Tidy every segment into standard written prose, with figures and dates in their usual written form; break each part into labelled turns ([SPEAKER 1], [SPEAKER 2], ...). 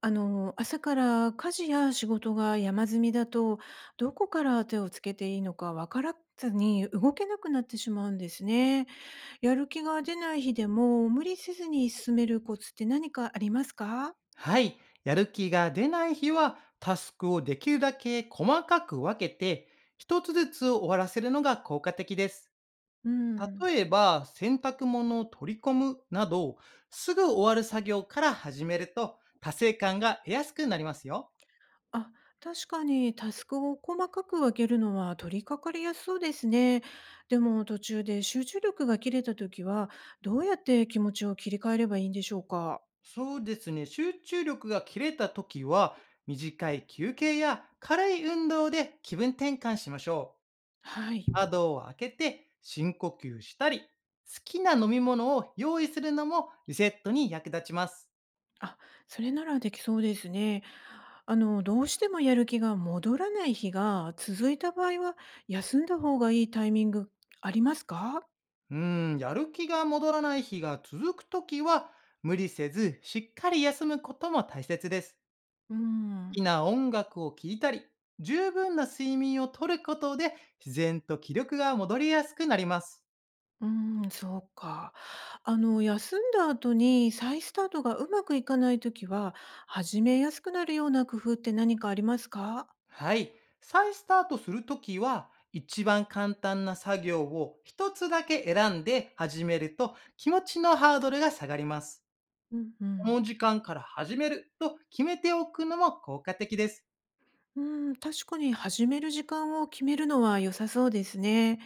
[SPEAKER 1] 朝から家事や仕事が山積みだと、どこから手をつけていいのかわからずに動けなくなってしまうんですね。やる気が出ない日でも無理せずに進めるコツって何かありますか？
[SPEAKER 2] はい。やる気が出ない日は、タスクをできるだけ細かく分けて、一つずつ終わらせるのが効果的です。
[SPEAKER 1] うん。
[SPEAKER 2] 例えば、洗濯物を取り込むなど、すぐ終わる作業から始めると、達成感が得やすくなりますよ。
[SPEAKER 1] あ、確かにタスクを細かく分けるのは取り掛かりやすそうですね。でも途中で集中力が切れた時は、どうやって気持ちを切り替えればいいんでしょうか？
[SPEAKER 2] そうですね。集中力が切れた時は、短い休憩や軽い運動で気分転換しましょ
[SPEAKER 1] は
[SPEAKER 2] う。
[SPEAKER 1] い。
[SPEAKER 2] 窓を開けて深呼吸したり、好きな飲み物を用意するのもリセットに役立ちます。
[SPEAKER 1] あ、それならできそうですね。どうしてもやる気が戻らない日が続いた場合は、休んだ方がいいタイミングありますか？
[SPEAKER 2] うーん、やる気が戻らない日が続くときは、無理せずしっかり休むことも大切です。
[SPEAKER 1] う
[SPEAKER 2] 好
[SPEAKER 1] ん。
[SPEAKER 2] きな音楽を聴いたり、十分な睡眠をとることで自然と気力が戻りやすくなります。
[SPEAKER 1] うん、そうか。休んだ後に再スタートがうまくいかないときは、始めやすくなるような工夫って何かありますか？
[SPEAKER 2] はい。再スタートするときは、一番簡単な作業を一つだけ選んで始めると気持ちのハードルが下がります。
[SPEAKER 1] うんう
[SPEAKER 2] こ
[SPEAKER 1] ん。
[SPEAKER 2] の時間から始めると決めておくのも効果的です。
[SPEAKER 1] うん、確かに始める時間を決めるのは良さそうですね。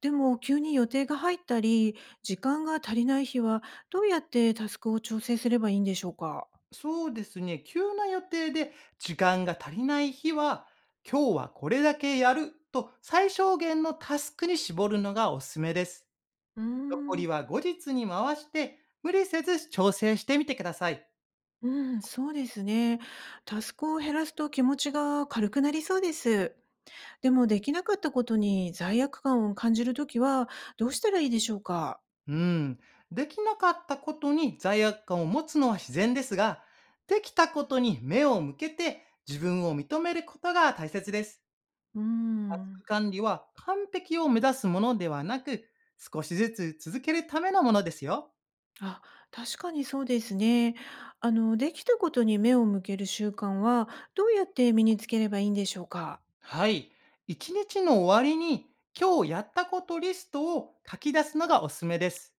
[SPEAKER 1] でも急に予定が入ったり、時間が足りない日はどうやってタスクを調整すればいいんでしょうか？
[SPEAKER 2] そうですね。急な予定で時間が足りない日は、今日はこれだけやると最小限のタスクに絞るのがおすすめです。
[SPEAKER 1] うー
[SPEAKER 2] 残り
[SPEAKER 1] ん。
[SPEAKER 2] は後日に回して、無理せず調整してみてください。
[SPEAKER 1] うん、そうですね。タスクを減らすと気持ちが軽くなりそうです。でもできなかったことに罪悪感を感じるときはどうしたらいいでしょうか？
[SPEAKER 2] うん。できなかったことに罪悪感を持つのは自然ですが、できたことに目を向けて自分を認めることが大切です。
[SPEAKER 1] うー
[SPEAKER 2] タスク
[SPEAKER 1] ん。
[SPEAKER 2] 管理は完璧を目指すものではなく、少しずつ続けるためのものですよ。
[SPEAKER 1] あ、確かにそうですね。できたことに目を向ける習慣はどうやって身につければいいんでしょうか？
[SPEAKER 2] はい。一日の終わりに今日やったことリストを書き出すのがおすすめです。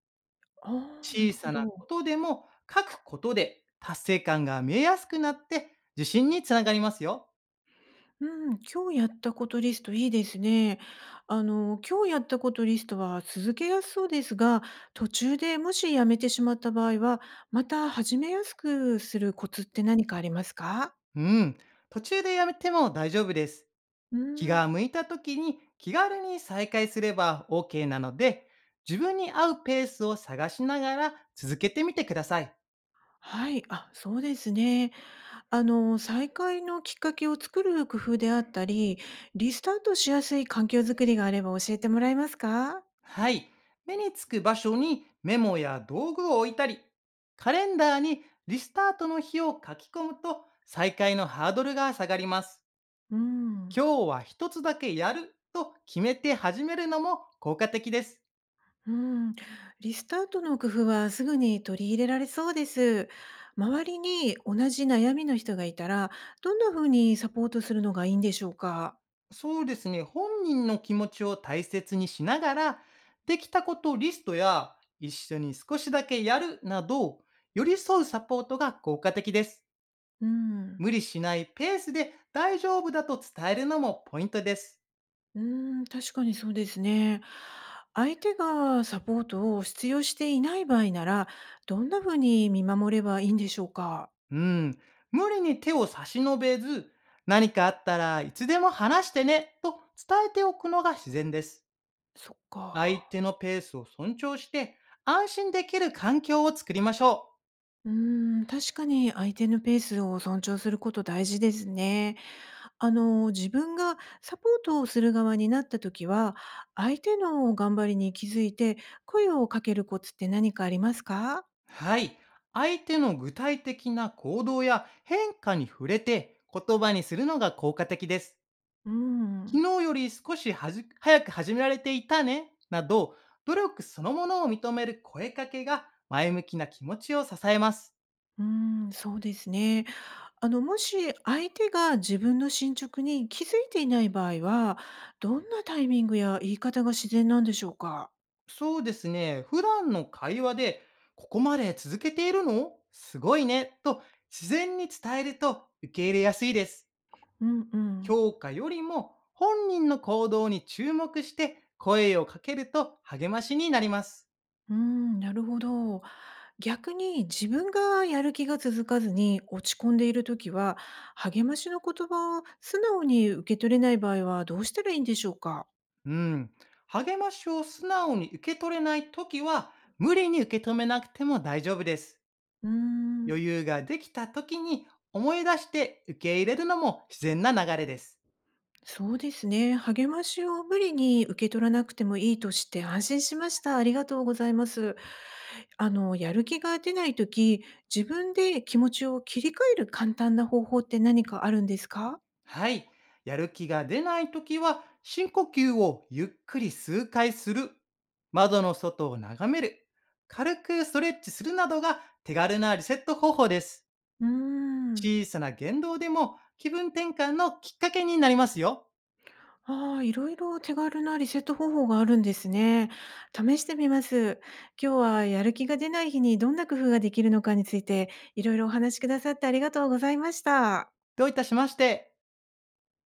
[SPEAKER 1] ああー、な
[SPEAKER 2] 小
[SPEAKER 1] るほ
[SPEAKER 2] さなこ
[SPEAKER 1] ど。
[SPEAKER 2] とでも書くことで達成感が見えやすくなって自信につながりますよ。
[SPEAKER 1] うん、今日やったことリストいいですね。今日やったことリストは続けやすそうですが、途中でもしやめてしまった場合は、また始めやすくするコツって何かありますか？
[SPEAKER 2] うん。途中でやめても大丈夫です。
[SPEAKER 1] う
[SPEAKER 2] 気
[SPEAKER 1] ん、
[SPEAKER 2] が向いた時に気軽に再開すれば OK なので、自分に合うペースを探しながら続けてみてください。
[SPEAKER 1] はい、あ、そうですね。再開のきっかけを作る工夫であったり、リスタートしやすい環境づくりがあれば教えてもらえますか？
[SPEAKER 2] はい。目につく場所にメモや道具を置いたり、カレンダーにリスタートの日を書き込むと再開のハードルが下がります。
[SPEAKER 1] うーん。
[SPEAKER 2] 今日は一つだけやると決めて始めるのも効果的です。
[SPEAKER 1] うん、リスタートの工夫はすぐに取り入れられそうです。周りに同じ悩みの人がいたら、どんな風にサポートするのがいいんでしょうか？
[SPEAKER 2] そうですね。本人の気持ちを大切にしながら、できたことリストや一緒に少しだけやるなど、寄り添うサポートが効果的です。
[SPEAKER 1] うん、
[SPEAKER 2] 無理しないペースで大丈夫だと伝えるのもポイントです。
[SPEAKER 1] うん、確かにそうですね。相手がサポートを必要していない場合なら、どんな風に見守ればいいんでしょうか？
[SPEAKER 2] うん、無理に手を差し伸べず、何かあったらいつでも話してねと伝えておくのが自然です。
[SPEAKER 1] そっ
[SPEAKER 2] 相
[SPEAKER 1] か。
[SPEAKER 2] 手のペースを尊重して、安心できる環境を作りましょ
[SPEAKER 1] うん、確かに相手のペースを尊重すること大事ですね。自分がサポートをする側になった時は、相手の頑張りに気づいて声をかけるコツって何かありますか？
[SPEAKER 2] う。はい。相手の具体的な行動や変化に触れて言葉にするのが効果的です。
[SPEAKER 1] うん。
[SPEAKER 2] 昨日より少し早く始められていたねなど、努力そのものを認める声かけが前向きな気持ちを支えます。
[SPEAKER 1] うーん、そうですね。もし相手が自分の進捗に気づいていない場合は、どんなタイミングや言い方が自然なんでしょうか？
[SPEAKER 2] そうですね。普段の会話で、ここまで続けているのすごいね。と自然に伝えると受け入れやすいです。
[SPEAKER 1] うんうん。
[SPEAKER 2] 評価よりも本人の行動に注目して声をかけると励ましになります。
[SPEAKER 1] うーん、なるほど。逆に自分がやる気が続かずに落ち込んでいるときは、励ましの言葉を素直に受け取れない場合はどうしたらいいんでしょうか？
[SPEAKER 2] うん。励ましを素直に受け取れないときは、無理に受け止めなくても大丈夫です。
[SPEAKER 1] うーん、
[SPEAKER 2] 余裕ができたときに思い出して受け入れるのも自然な流れです。
[SPEAKER 1] そうですね。励ましを無理に受け取らなくてもいいとして安心しました。ありがとうございます。やる気が出ないとき自分で気持ちを切り替える簡単な方法って何かあるんですか？
[SPEAKER 2] はい。やる気が出ないときは、深呼吸をゆっくり数回する。窓の外を眺める。軽くストレッチするなどが手軽なリセット方法です。
[SPEAKER 1] うーん。
[SPEAKER 2] 小さな言動でも気分転換のきっかけになりますよ。
[SPEAKER 1] ああ、いろいろ手軽なリセット方法があるんですね。試してみます。今日はやる気が出ない日にどんな工夫ができるのかについて、いろいろお話しくださってありがとうございました。
[SPEAKER 2] どういたしまして。